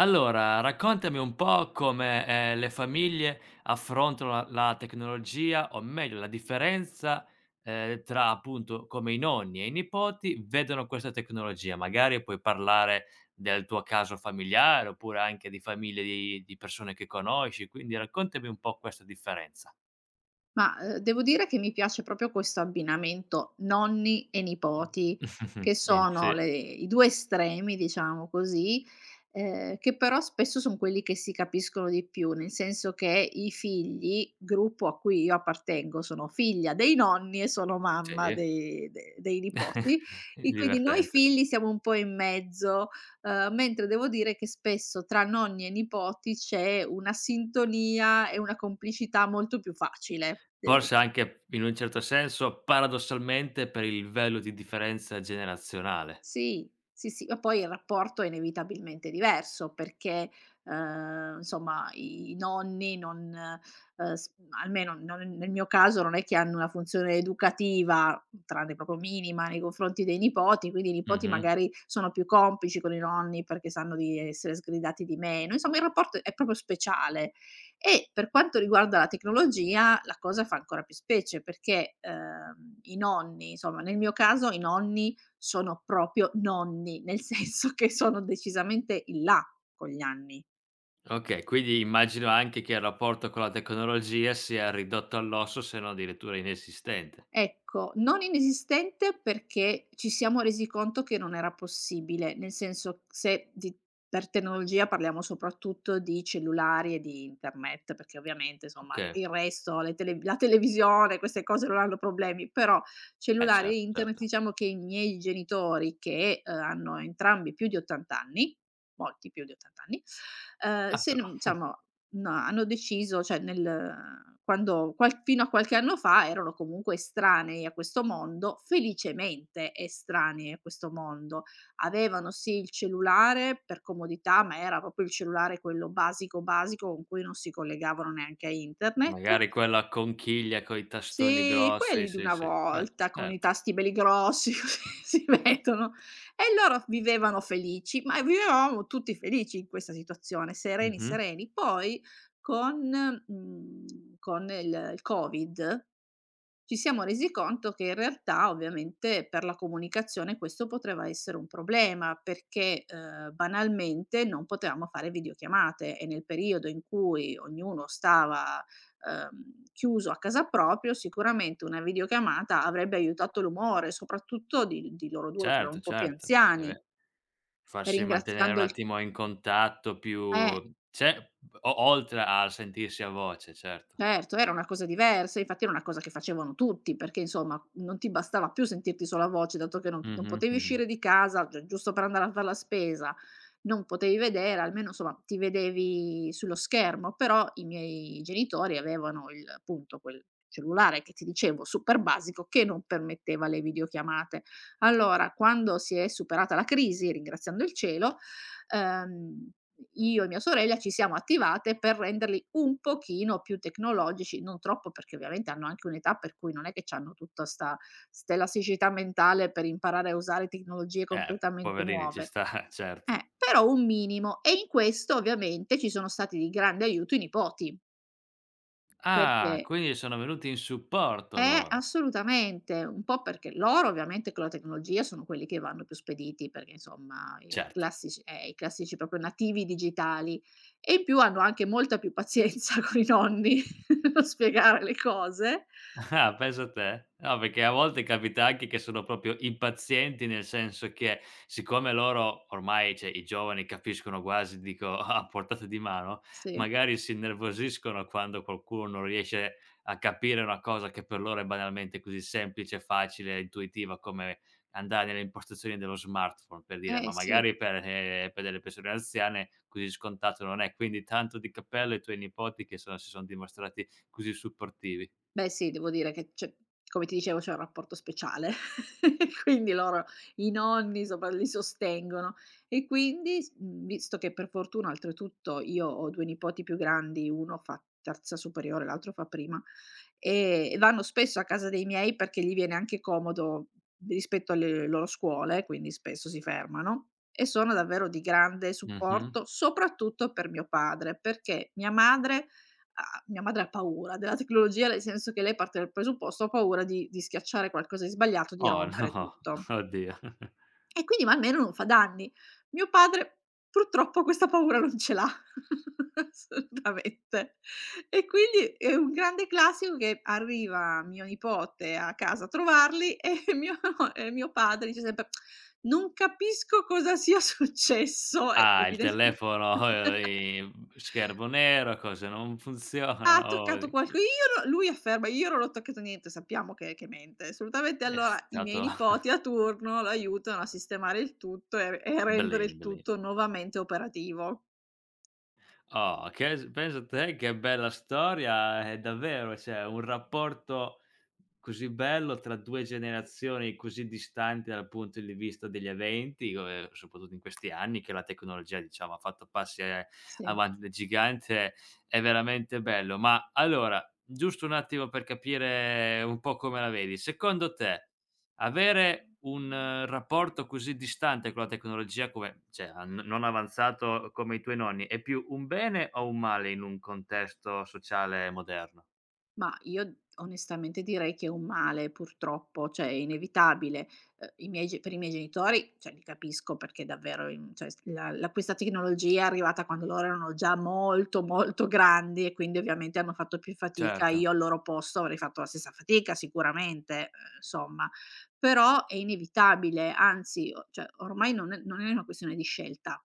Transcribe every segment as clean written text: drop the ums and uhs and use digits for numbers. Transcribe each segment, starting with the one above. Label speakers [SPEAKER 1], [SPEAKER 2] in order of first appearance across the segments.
[SPEAKER 1] Allora, raccontami un po' come, le famiglie affrontano la tecnologia, o meglio la differenza, tra appunto come i nonni e i nipoti vedono questa tecnologia. Magari puoi parlare del tuo caso familiare, oppure anche di famiglie di persone che conosci, quindi raccontami un po' questa differenza.
[SPEAKER 2] Ma, devo dire che mi piace proprio questo abbinamento nonni e nipoti,
[SPEAKER 1] Mh-mh.
[SPEAKER 2] che
[SPEAKER 1] In sì,
[SPEAKER 2] sono le i 2 estremi, diciamo così, che però spesso son quelli che si capiscono di più, nel senso che i figli, gruppo a cui io appartengo, sono figlia dei nonni e sono mamma
[SPEAKER 1] sì,
[SPEAKER 2] dei nipoti, e quindi noi
[SPEAKER 1] divertente.
[SPEAKER 2] figli siamo un po' in mezzo. Mentre devo dire che spesso tra nonni e nipoti c'è una sintonia e una complicità molto più facile, devo.
[SPEAKER 1] Forse anche in un certo senso, paradossalmente, per il livello di differenza generazionale.
[SPEAKER 2] Sì, sì, sì, ma poi il rapporto è inevitabilmente diverso perché, insomma i nonni non, s almeno non nel mio caso, non è che hanno una funzione educativa, tranne proprio minima, nei confronti dei nipoti, quindi i nipoti
[SPEAKER 1] Mh-mh.
[SPEAKER 2] magari sono più complici con i nonni perché sanno di essere sgridati di meno, insomma il rapporto è proprio speciale. E per quanto riguarda la tecnologia la cosa fa ancora più specie perché, i nonni, insomma nel mio caso i nonni sono proprio nonni, nel senso che sono decisamente in là con gli anni.
[SPEAKER 1] Okay, quindi immagino anche che il rapporto con la tecnologia sia ridotto all'osso, se non addirittura inesistente.
[SPEAKER 2] Ecco, non inesistente perché ci siamo resi conto che non era possibile, nel senso, se di per tecnologia parliamo soprattutto di cellulari e di internet, perché ovviamente insomma il
[SPEAKER 1] Okay.
[SPEAKER 2] il resto, le tele la televisione, queste cose non hanno problemi, però
[SPEAKER 1] Eh
[SPEAKER 2] cellulari e
[SPEAKER 1] certo,
[SPEAKER 2] internet,
[SPEAKER 1] certo.
[SPEAKER 2] diciamo che i miei genitori, che, hanno entrambi più di 80 anni, molti più di 80 anni. uhm,
[SPEAKER 1] Ah
[SPEAKER 2] se
[SPEAKER 1] però,
[SPEAKER 2] n diciamo No, hanno deciso, cioè nel quando qual fino a qualche anno fa erano comunque estranei a questo mondo, felicemente estranei a questo mondo. Avevano sì il cellulare per comodità, ma era proprio il cellulare quello basico, basico, con cui non si collegavano neanche a internet.
[SPEAKER 1] magari quella conchiglia coi tastoni
[SPEAKER 2] Sì,
[SPEAKER 1] grossi,
[SPEAKER 2] quelli di
[SPEAKER 1] sì,
[SPEAKER 2] una
[SPEAKER 1] sì, quel
[SPEAKER 2] volta con i
[SPEAKER 1] certo.
[SPEAKER 2] tasti belli grossi, così si mettono. E loro vivevano felici, ma vivevamo tutti felici in questa situazione, sereni,
[SPEAKER 1] Mh-mh.
[SPEAKER 2] sereni. Poi con mhmm, con il Covid ci siamo resi conto che in realtà ovviamente per la comunicazione questo poteva essere un problema perché, banalmente non potevamo fare videochiamate, e nel periodo in cui ognuno stava, chiuso a casa, proprio sicuramente una videochiamata avrebbe aiutato l'umore, soprattutto di loro 2 che erano un
[SPEAKER 1] Certo,
[SPEAKER 2] po' più
[SPEAKER 1] certo. Eh
[SPEAKER 2] anziani,
[SPEAKER 1] beh, farsi mantenere un
[SPEAKER 2] ringraziando il,
[SPEAKER 1] attimo in contatto
[SPEAKER 2] eh.
[SPEAKER 1] più c'è o oltre a sentirsi a voce, certo.
[SPEAKER 2] Certo, era una cosa diversa, infatti era una cosa che facevano tutti, perché insomma non ti bastava più sentirti solo a voce, dato che non
[SPEAKER 1] Mh-mh,
[SPEAKER 2] potevi
[SPEAKER 1] mh-mh.
[SPEAKER 2] uscire di casa, gi giusto per andare a far la spesa, non potevi vedere, almeno insomma ti vedevi sullo schermo, però i miei genitori avevano il appunto quel cellulare che ti dicevo, super basico, che non permetteva le videochiamate. Allora, quando si è superata la crisi, ringraziando il cielo, ehm, io e mia sorella ci siamo attivate per renderli un pochino più tecnologici, non troppo perché ovviamente hanno anche un'età per cui non è che c'hanno tutta sta l'elasticità mentale per imparare a usare tecnologie completamente
[SPEAKER 1] Poverini, ci
[SPEAKER 2] nuove.
[SPEAKER 1] sta, certo.
[SPEAKER 2] Però un minimo, e in questo ovviamente ci sono stati di grande aiuto i nipoti,
[SPEAKER 1] Ah,
[SPEAKER 2] perché.
[SPEAKER 1] quindi sono venuti in supporto loro.
[SPEAKER 2] Assolutamente, un po' perché loro ovviamente con la tecnologia sono quelli che vanno più spediti, perché insomma i
[SPEAKER 1] Certo.
[SPEAKER 2] classici, i classici proprio nativi digitali, e in più hanno anche molta più pazienza con i nonni nello spiegare le cose.
[SPEAKER 1] Ah, pensa a te. No, perché a volte capita anche che sono proprio impazienti, nel senso che siccome loro ormai, cioè i giovani capiscono quasi, dico a portata di mano,
[SPEAKER 2] Sì,
[SPEAKER 1] magari si innervosiscono quando qualcuno non riesce a capire una cosa che per loro è banalmente così semplice, facile, e intuitiva come andare nelle impostazioni dello smartphone, per dire, ma
[SPEAKER 2] eh sì.
[SPEAKER 1] magari per delle persone anziane così scontato non è. Quindi tanto di cappello ai tuoi nipoti che sono si son dimostrati così supportivi.
[SPEAKER 2] Beh sì, devo dire che cioè, come ti dicevo c'è un rapporto speciale, quindi loro, i nonni, sopra li sostengono, e quindi, visto che per fortuna oltretutto io ho 2 nipoti più grandi, uno fa terza superiore, l'altro fa prima, e vanno spesso a casa dei miei perché gli viene anche comodo rispetto alle loro scuole, quindi spesso si fermano e sono davvero di grande
[SPEAKER 1] Mh-mh.
[SPEAKER 2] supporto, soprattutto per mio padre, perché mia madre. Ah, mia madre ha paura della tecnologia, nel senso che lei parte dal presupposto: "Ho paura di schiacciare qualcosa di sbagliato, di
[SPEAKER 1] Oh
[SPEAKER 2] rompere
[SPEAKER 1] no,
[SPEAKER 2] tutto".
[SPEAKER 1] oddio.
[SPEAKER 2] E quindi, ma almeno non fa danni. Mio padre purtroppo questa paura non ce l'ha, assolutamente. E quindi è un grande classico che arriva mio nipote a casa a trovarli, e mio padre dice sempre: "Non capisco cosa sia successo", e
[SPEAKER 1] Ah, il
[SPEAKER 2] evidente.
[SPEAKER 1] telefono, schermo nero, cose non funzionano,
[SPEAKER 2] Ha
[SPEAKER 1] oh,
[SPEAKER 2] toccato qualco,
[SPEAKER 1] i
[SPEAKER 2] io no, lui afferma: "Io non ho toccato niente", sappiamo che mente assolutamente.
[SPEAKER 1] è
[SPEAKER 2] Allora i miei
[SPEAKER 1] stato
[SPEAKER 2] nipoti a turno lo aiutano a sistemare il tutto e a rendere il
[SPEAKER 1] beleni, belen.
[SPEAKER 2] tutto nuovamente operativo.
[SPEAKER 1] Oh, che s pensa te che bella storia, è davvero, cioè un rapporto così bello tra 2 generazioni così distanti dal punto di vista degli eventi, soprattutto in questi anni che la tecnologia, diciamo, ha fatto passi,
[SPEAKER 2] Sì.
[SPEAKER 1] avanti da gigante, è veramente bello. Ma allora, giusto un attimo per capire un po' come la vedi, secondo te avere un rapporto così distante con la tecnologia come cioè a n non avanzato come i tuoi nonni, è più un bene o un male in un contesto sociale moderno?
[SPEAKER 2] Ma io onestamente direi che è un male purtroppo, cioè è inevitabile. I miei ge per i miei genitori, cioè li capisco perché davvero, in cioè s la la questa tecnologia è arrivata quando loro erano già molto, molto grandi e quindi ovviamente hanno fatto più fatica.
[SPEAKER 1] Certo.
[SPEAKER 2] Io al loro posto avrei fatto la stessa fatica sicuramente, insomma, però è inevitabile, anzi, o cioè, ormai non è una questione di scelta.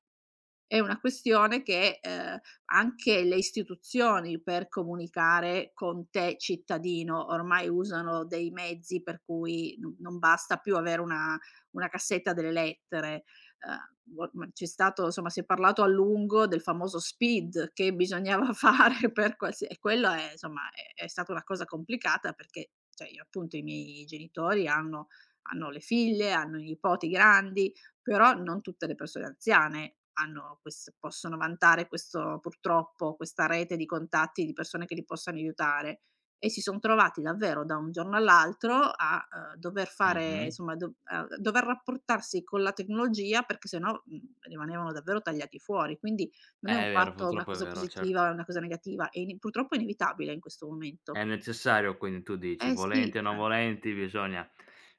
[SPEAKER 2] È una questione che, anche le istituzioni per comunicare con te cittadino, ormai usano dei mezzi per cui n non basta più avere una cassetta delle lettere. O ma c'è stato, insomma si è parlato a lungo del famoso SPID che bisognava fare per, qualsia e quello è, insomma, è stata una cosa complicata perché, cioè io appunto i miei genitori hanno le figlie, hanno i nipoti grandi, però non tutte le persone anziane hanno, ques possono vantare questo purtroppo, questa rete di contatti di persone che li possano aiutare, e si son trovati davvero da un giorno all'altro a, dover fare,
[SPEAKER 1] Mh-mh.
[SPEAKER 2] insomma, do a dover rapportarsi con la tecnologia perché se no, rimanevano davvero tagliati fuori. Quindi non
[SPEAKER 1] È
[SPEAKER 2] è un
[SPEAKER 1] vero,
[SPEAKER 2] fatto una
[SPEAKER 1] purtroppo è
[SPEAKER 2] cosa
[SPEAKER 1] vero,
[SPEAKER 2] positiva
[SPEAKER 1] certo.
[SPEAKER 2] o una cosa negativa, è, ini purtroppo, è inevitabile in questo momento.
[SPEAKER 1] È necessario quindi tu dici,
[SPEAKER 2] Eh sì,
[SPEAKER 1] volenti o non
[SPEAKER 2] cioè.
[SPEAKER 1] volenti bisogna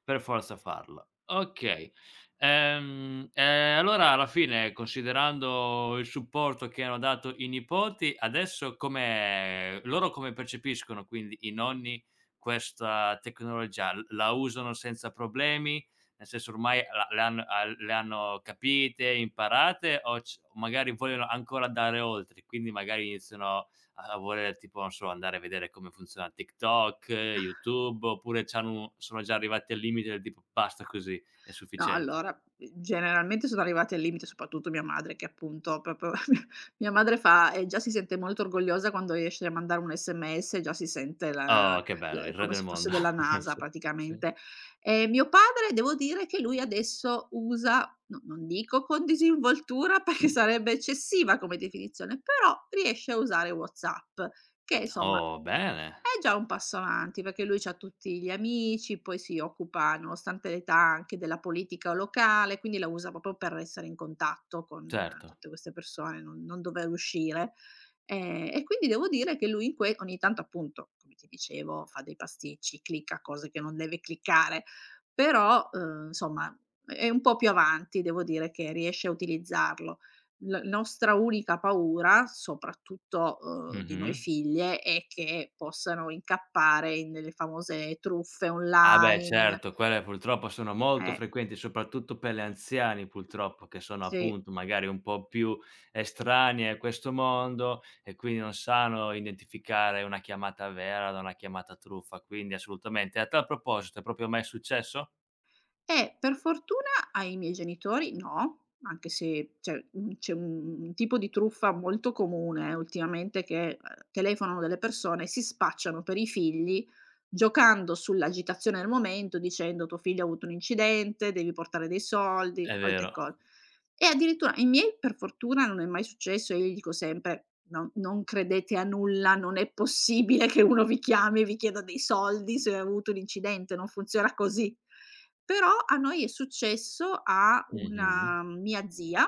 [SPEAKER 1] per forza farlo. Okay, e allora alla fine considerando il supporto che hanno dato i nipoti, adesso come loro come percepiscono quindi i nonni questa tecnologia? L la usano senza problemi? Nel senso ormai la le han al le hanno capite, imparate o c magari vogliono ancora andare oltre, quindi magari iniziano a voler tipo, non so, andare a vedere come funziona TikTok, YouTube, oppure c'hanno sono già arrivati al limite del tipo: "Basta così, è
[SPEAKER 2] No,
[SPEAKER 1] sufficiente."
[SPEAKER 2] allora, generalmente sono arrivati al limite, soprattutto mia madre, che appunto proprio, mia madre fa, già si sente molto orgogliosa quando riesce a mandare un SMS, già si sente la
[SPEAKER 1] Oh, che bello,
[SPEAKER 2] l
[SPEAKER 1] il re
[SPEAKER 2] come
[SPEAKER 1] del
[SPEAKER 2] se fosse
[SPEAKER 1] mondo.
[SPEAKER 2] della NASA
[SPEAKER 1] Sì, sì.
[SPEAKER 2] praticamente. Mio padre devo dire che lui adesso usa, no, non dico con disinvoltura perché sarebbe eccessiva come definizione, però riesce a usare WhatsApp, che insomma
[SPEAKER 1] Oh, bene,
[SPEAKER 2] è già un passo avanti perché lui c'ha tutti gli amici, poi si occupa, nonostante l'età, anche della politica locale, quindi la usa proprio per essere in contatto con,
[SPEAKER 1] certo.
[SPEAKER 2] tutte queste persone, non dover uscire. E quindi devo dire che lui, in que ogni tanto appunto, come ti dicevo, fa dei pasticci, clicca cose che non deve cliccare, però, insomma è un po' più avanti, devo dire che riesce a utilizzarlo. L nostra unica paura, soprattutto, di noi
[SPEAKER 1] Mh-mh.
[SPEAKER 2] figlie, è che possano incappare in delle famose truffe
[SPEAKER 1] Ah beh
[SPEAKER 2] online.
[SPEAKER 1] certo, quelle purtroppo sono molto
[SPEAKER 2] Eh,
[SPEAKER 1] frequenti, soprattutto per gli anziani purtroppo, che sono
[SPEAKER 2] sì.
[SPEAKER 1] appunto magari un po' più estranei a questo mondo e quindi non sanno identificare una chiamata vera da una chiamata truffa, quindi assolutamente. A tal proposito, è proprio mai successo?
[SPEAKER 2] Per fortuna ai miei genitori no, anche se cioè, c'è un tipo di truffa molto comune, ultimamente, che, telefonano delle persone, e si spacciano per i figli, giocando sull'agitazione del momento, dicendo: "Tuo figlio ha avuto un incidente, devi portare dei soldi",
[SPEAKER 1] È
[SPEAKER 2] solite
[SPEAKER 1] vero.
[SPEAKER 2] cose. E addirittura ai miei per fortuna non è mai successo, io gli dico sempre: "No, non credete a nulla, non è possibile che uno vi chiami e vi chieda dei soldi se ha avuto un incidente, non funziona così". Però a noi è successo, a
[SPEAKER 1] Mh-mh.
[SPEAKER 2] una mia zia,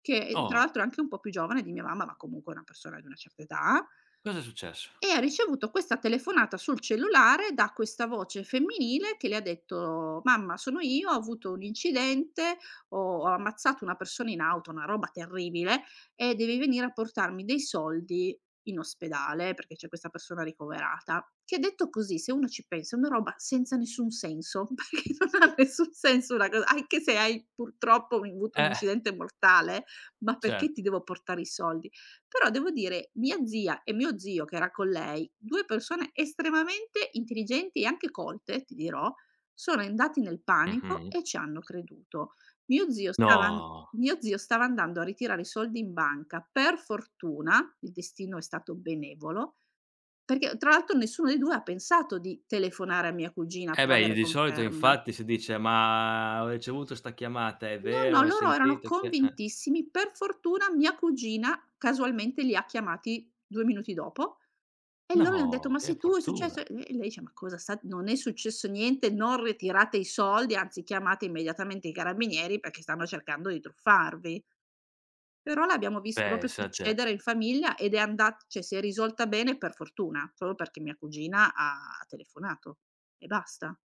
[SPEAKER 2] che tra
[SPEAKER 1] Oh,
[SPEAKER 2] l'altro è anche un po' più giovane di mia mamma, ma comunque è una persona di una certa età,
[SPEAKER 1] cosa è successo?
[SPEAKER 2] e ha ricevuto questa telefonata sul cellulare da questa voce femminile che le ha detto: "Mamma, sono io, ho avuto un incidente, ho ammazzato una persona in auto", una roba terribile, "e devi venire a portarmi dei soldi in ospedale perché c'è questa persona ricoverata". Che detto così, se uno ci pensa, è una roba senza nessun senso, perché non ha nessun senso una cosa, anche se hai purtroppo avuto un
[SPEAKER 1] Eh,
[SPEAKER 2] incidente mortale, ma perché ti
[SPEAKER 1] certo.
[SPEAKER 2] devo portare i soldi? Però devo dire, mia zia e mio zio che era con lei, 2 persone estremamente intelligenti e anche colte, ti dirò, sono andati nel
[SPEAKER 1] Mh-mh.
[SPEAKER 2] panico e ci hanno creduto. Mio zio stava, an
[SPEAKER 1] No.
[SPEAKER 2] mio zio stava andando a ritirare i soldi in banca, per fortuna, il destino è stato benevolo, perché tra l'altro nessuno dei 2 ha pensato di telefonare a mia cugina
[SPEAKER 1] Eh
[SPEAKER 2] per
[SPEAKER 1] beh,
[SPEAKER 2] avere
[SPEAKER 1] di solito
[SPEAKER 2] conferma.
[SPEAKER 1] infatti si dice: "Ma ho ricevuto 'sta chiamata, è
[SPEAKER 2] No, no,
[SPEAKER 1] vero? Hai
[SPEAKER 2] loro erano
[SPEAKER 1] sentito chi è?"
[SPEAKER 2] convintissimi. Per fortuna mia cugina casualmente li ha chiamati 2 minuti dopo, e loro le han detto:
[SPEAKER 1] No,
[SPEAKER 2] "Ma
[SPEAKER 1] che
[SPEAKER 2] sei tu, è successo?" E
[SPEAKER 1] fortuna.
[SPEAKER 2] e lei dice: "Ma cosa sta, non è successo niente, non ritirate i soldi, anzi chiamate immediatamente i carabinieri perché stanno cercando di truffarvi". Però l'abbiamo visto proprio
[SPEAKER 1] Pensa a te.
[SPEAKER 2] succedere in famiglia, ed è andat cioè si è risolta bene per fortuna, solo perché mia cugina ha telefonato, e basta.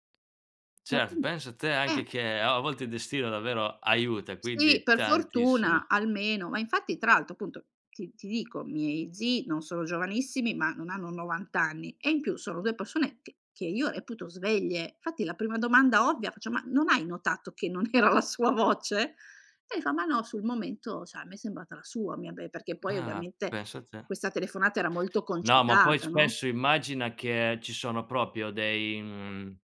[SPEAKER 2] E
[SPEAKER 1] Certo,
[SPEAKER 2] appun
[SPEAKER 1] pensa a te anche
[SPEAKER 2] eh.
[SPEAKER 1] che a volte il destino davvero aiuta,
[SPEAKER 2] Sì,
[SPEAKER 1] quindi
[SPEAKER 2] per
[SPEAKER 1] tantissimo.
[SPEAKER 2] fortuna almeno, ma infatti tra l'altro appunto ti dico, miei zii non sono giovanissimi, ma non hanno 90 anni e in più sono 2 persone che io reputo sveglie. Infatti la prima domanda ovvia faccio: "Ma non hai notato che non era la sua voce?" E fa: "Ma no, sul momento, cioè a me è sembrata la sua, mia be", perché poi
[SPEAKER 1] Ah,
[SPEAKER 2] ovviamente
[SPEAKER 1] pensa a te.
[SPEAKER 2] questa telefonata era molto
[SPEAKER 1] No, ma poi
[SPEAKER 2] concitata, no?
[SPEAKER 1] spesso immagina che ci sono proprio dei, mhmm,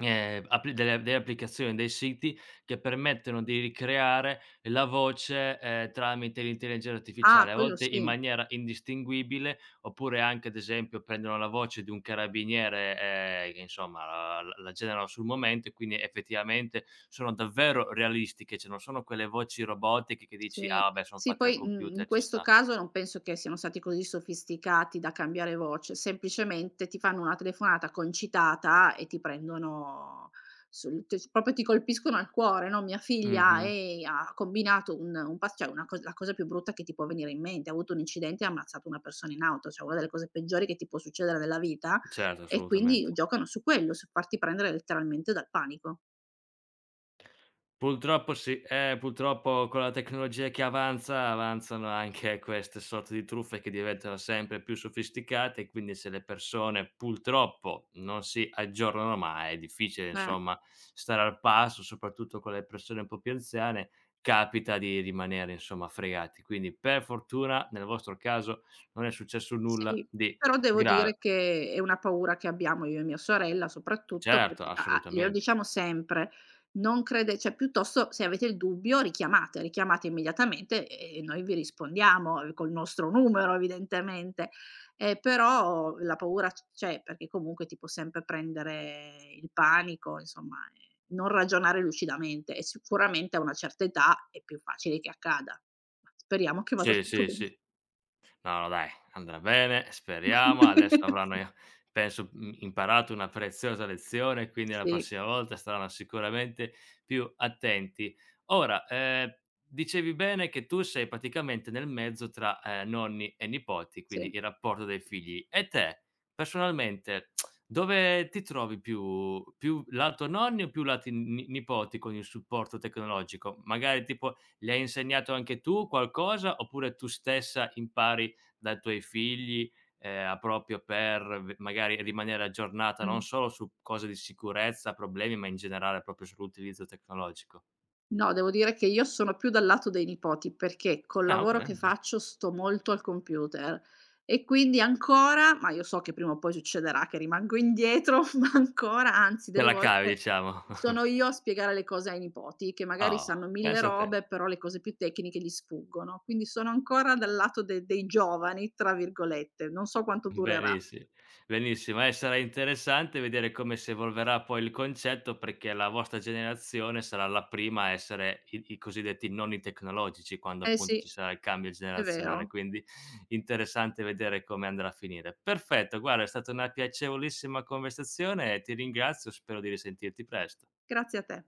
[SPEAKER 1] Appli delle applicazioni, dei siti che permettono di ricreare la voce, tramite l'intelligenza
[SPEAKER 2] Ah,
[SPEAKER 1] artificiale, a
[SPEAKER 2] quello
[SPEAKER 1] volte in
[SPEAKER 2] sì.
[SPEAKER 1] maniera indistinguibile, oppure anche, ad esempio, prendono la voce di un carabiniere, che insomma la generano sul momento e quindi effettivamente sono davvero realistiche, cioè non sono quelle voci robotiche che dici: "Ah
[SPEAKER 2] Sì,
[SPEAKER 1] vabbè, son
[SPEAKER 2] sì
[SPEAKER 1] fatte al
[SPEAKER 2] poi, in
[SPEAKER 1] computer, ci
[SPEAKER 2] questo
[SPEAKER 1] sta."
[SPEAKER 2] caso non penso che siano stati così sofisticati da cambiare voce, semplicemente ti fanno una telefonata concitata e ti prendono, sul t proprio ti colpiscono al cuore, no: "Mia figlia,
[SPEAKER 1] Mh-mh.
[SPEAKER 2] ha combinato un pas" cioè una cos la cosa più brutta che ti può venire in mente, ha avuto un incidente e ha ammazzato una persona in auto, cioè una delle cose peggiori che ti può succedere nella vita,
[SPEAKER 1] Certo,
[SPEAKER 2] e quindi
[SPEAKER 1] assolutamente.
[SPEAKER 2] giocano su quello, su farti prendere letteralmente dal panico.
[SPEAKER 1] Purtroppo sì, purtroppo con la tecnologia che avanza, avanzano anche queste sorte di truffe che diventano sempre più sofisticate e quindi se le persone purtroppo non si aggiornano mai, è difficile
[SPEAKER 2] Eh.
[SPEAKER 1] insomma stare al passo, soprattutto con le persone un po' più anziane, capita di rimanere insomma fregati. Quindi per fortuna nel vostro caso non è successo nulla
[SPEAKER 2] Sì,
[SPEAKER 1] di
[SPEAKER 2] però devo
[SPEAKER 1] grave.
[SPEAKER 2] dire che è una paura che abbiamo io e mia sorella, soprattutto
[SPEAKER 1] Certo,
[SPEAKER 2] perché a glielo
[SPEAKER 1] assolutamente.
[SPEAKER 2] diciamo sempre: "Non crede", cioè piuttosto se avete il dubbio richiamate, richiamate immediatamente, e noi vi rispondiamo, col nostro numero evidentemente. Però la paura, c'è, perché comunque ti può sempre prendere il panico, insomma, non ragionare lucidamente, e sicuramente a una certa età è più facile che accada. Ma speriamo che vada
[SPEAKER 1] Sì,
[SPEAKER 2] tutto
[SPEAKER 1] sì,
[SPEAKER 2] bene.
[SPEAKER 1] sì. No, no dai, andrà bene, speriamo. Adesso avranno
[SPEAKER 2] Sì.
[SPEAKER 1] i penso, mhmm, imparato una preziosa lezione, quindi la
[SPEAKER 2] Sì,
[SPEAKER 1] prossima volta saranno sicuramente più attenti. Ora, dicevi bene che tu sei praticamente nel mezzo tra, nonni e nipoti, quindi
[SPEAKER 2] sì.
[SPEAKER 1] il rapporto dei figli. E te, personalmente, dove ti trovi più più lato nonni o più lati ni nipoti con il supporto tecnologico? Magari tipo, gli hai insegnato anche tu qualcosa, oppure tu stessa impari dai tuoi figli, proprio per v magari rimanere aggiornata
[SPEAKER 2] Mh.
[SPEAKER 1] non solo su cose di sicurezza, problemi, ma in generale proprio sull'utilizzo tecnologico.
[SPEAKER 2] No, devo dire che io sono più dal lato dei nipoti, perché col
[SPEAKER 1] Ah okay,
[SPEAKER 2] lavoro
[SPEAKER 1] va
[SPEAKER 2] che
[SPEAKER 1] bene.
[SPEAKER 2] faccio sto molto al computer, e quindi ancora, ma io so che prima o poi succederà che rimango indietro, ma ancora anzi
[SPEAKER 1] Te
[SPEAKER 2] delle
[SPEAKER 1] la cavi
[SPEAKER 2] volte
[SPEAKER 1] diciamo.
[SPEAKER 2] sono io a spiegare le cose ai nipoti, che magari
[SPEAKER 1] Oh,
[SPEAKER 2] sanno 1000
[SPEAKER 1] pensa a te.
[SPEAKER 2] robe, però le cose più tecniche gli sfuggono. Quindi sono ancora dal lato de dei "giovani", tra virgolette, non so quanto durerà.
[SPEAKER 1] Benissi benissimo. Sarà interessante vedere come si evolverà poi il concetto, perché la vostra generazione sarà la prima a essere i cosiddetti nonni tecnologici, quando
[SPEAKER 2] Eh
[SPEAKER 1] appunto
[SPEAKER 2] sì,
[SPEAKER 1] ci sarà il cambio
[SPEAKER 2] è
[SPEAKER 1] generazionale,
[SPEAKER 2] vero.
[SPEAKER 1] quindi interessante vedere come andrà a finire. Perfetto, guarda è stata una piacevolissima conversazione e ti ringrazio, spero di risentirti prest
[SPEAKER 2] Grazie a te.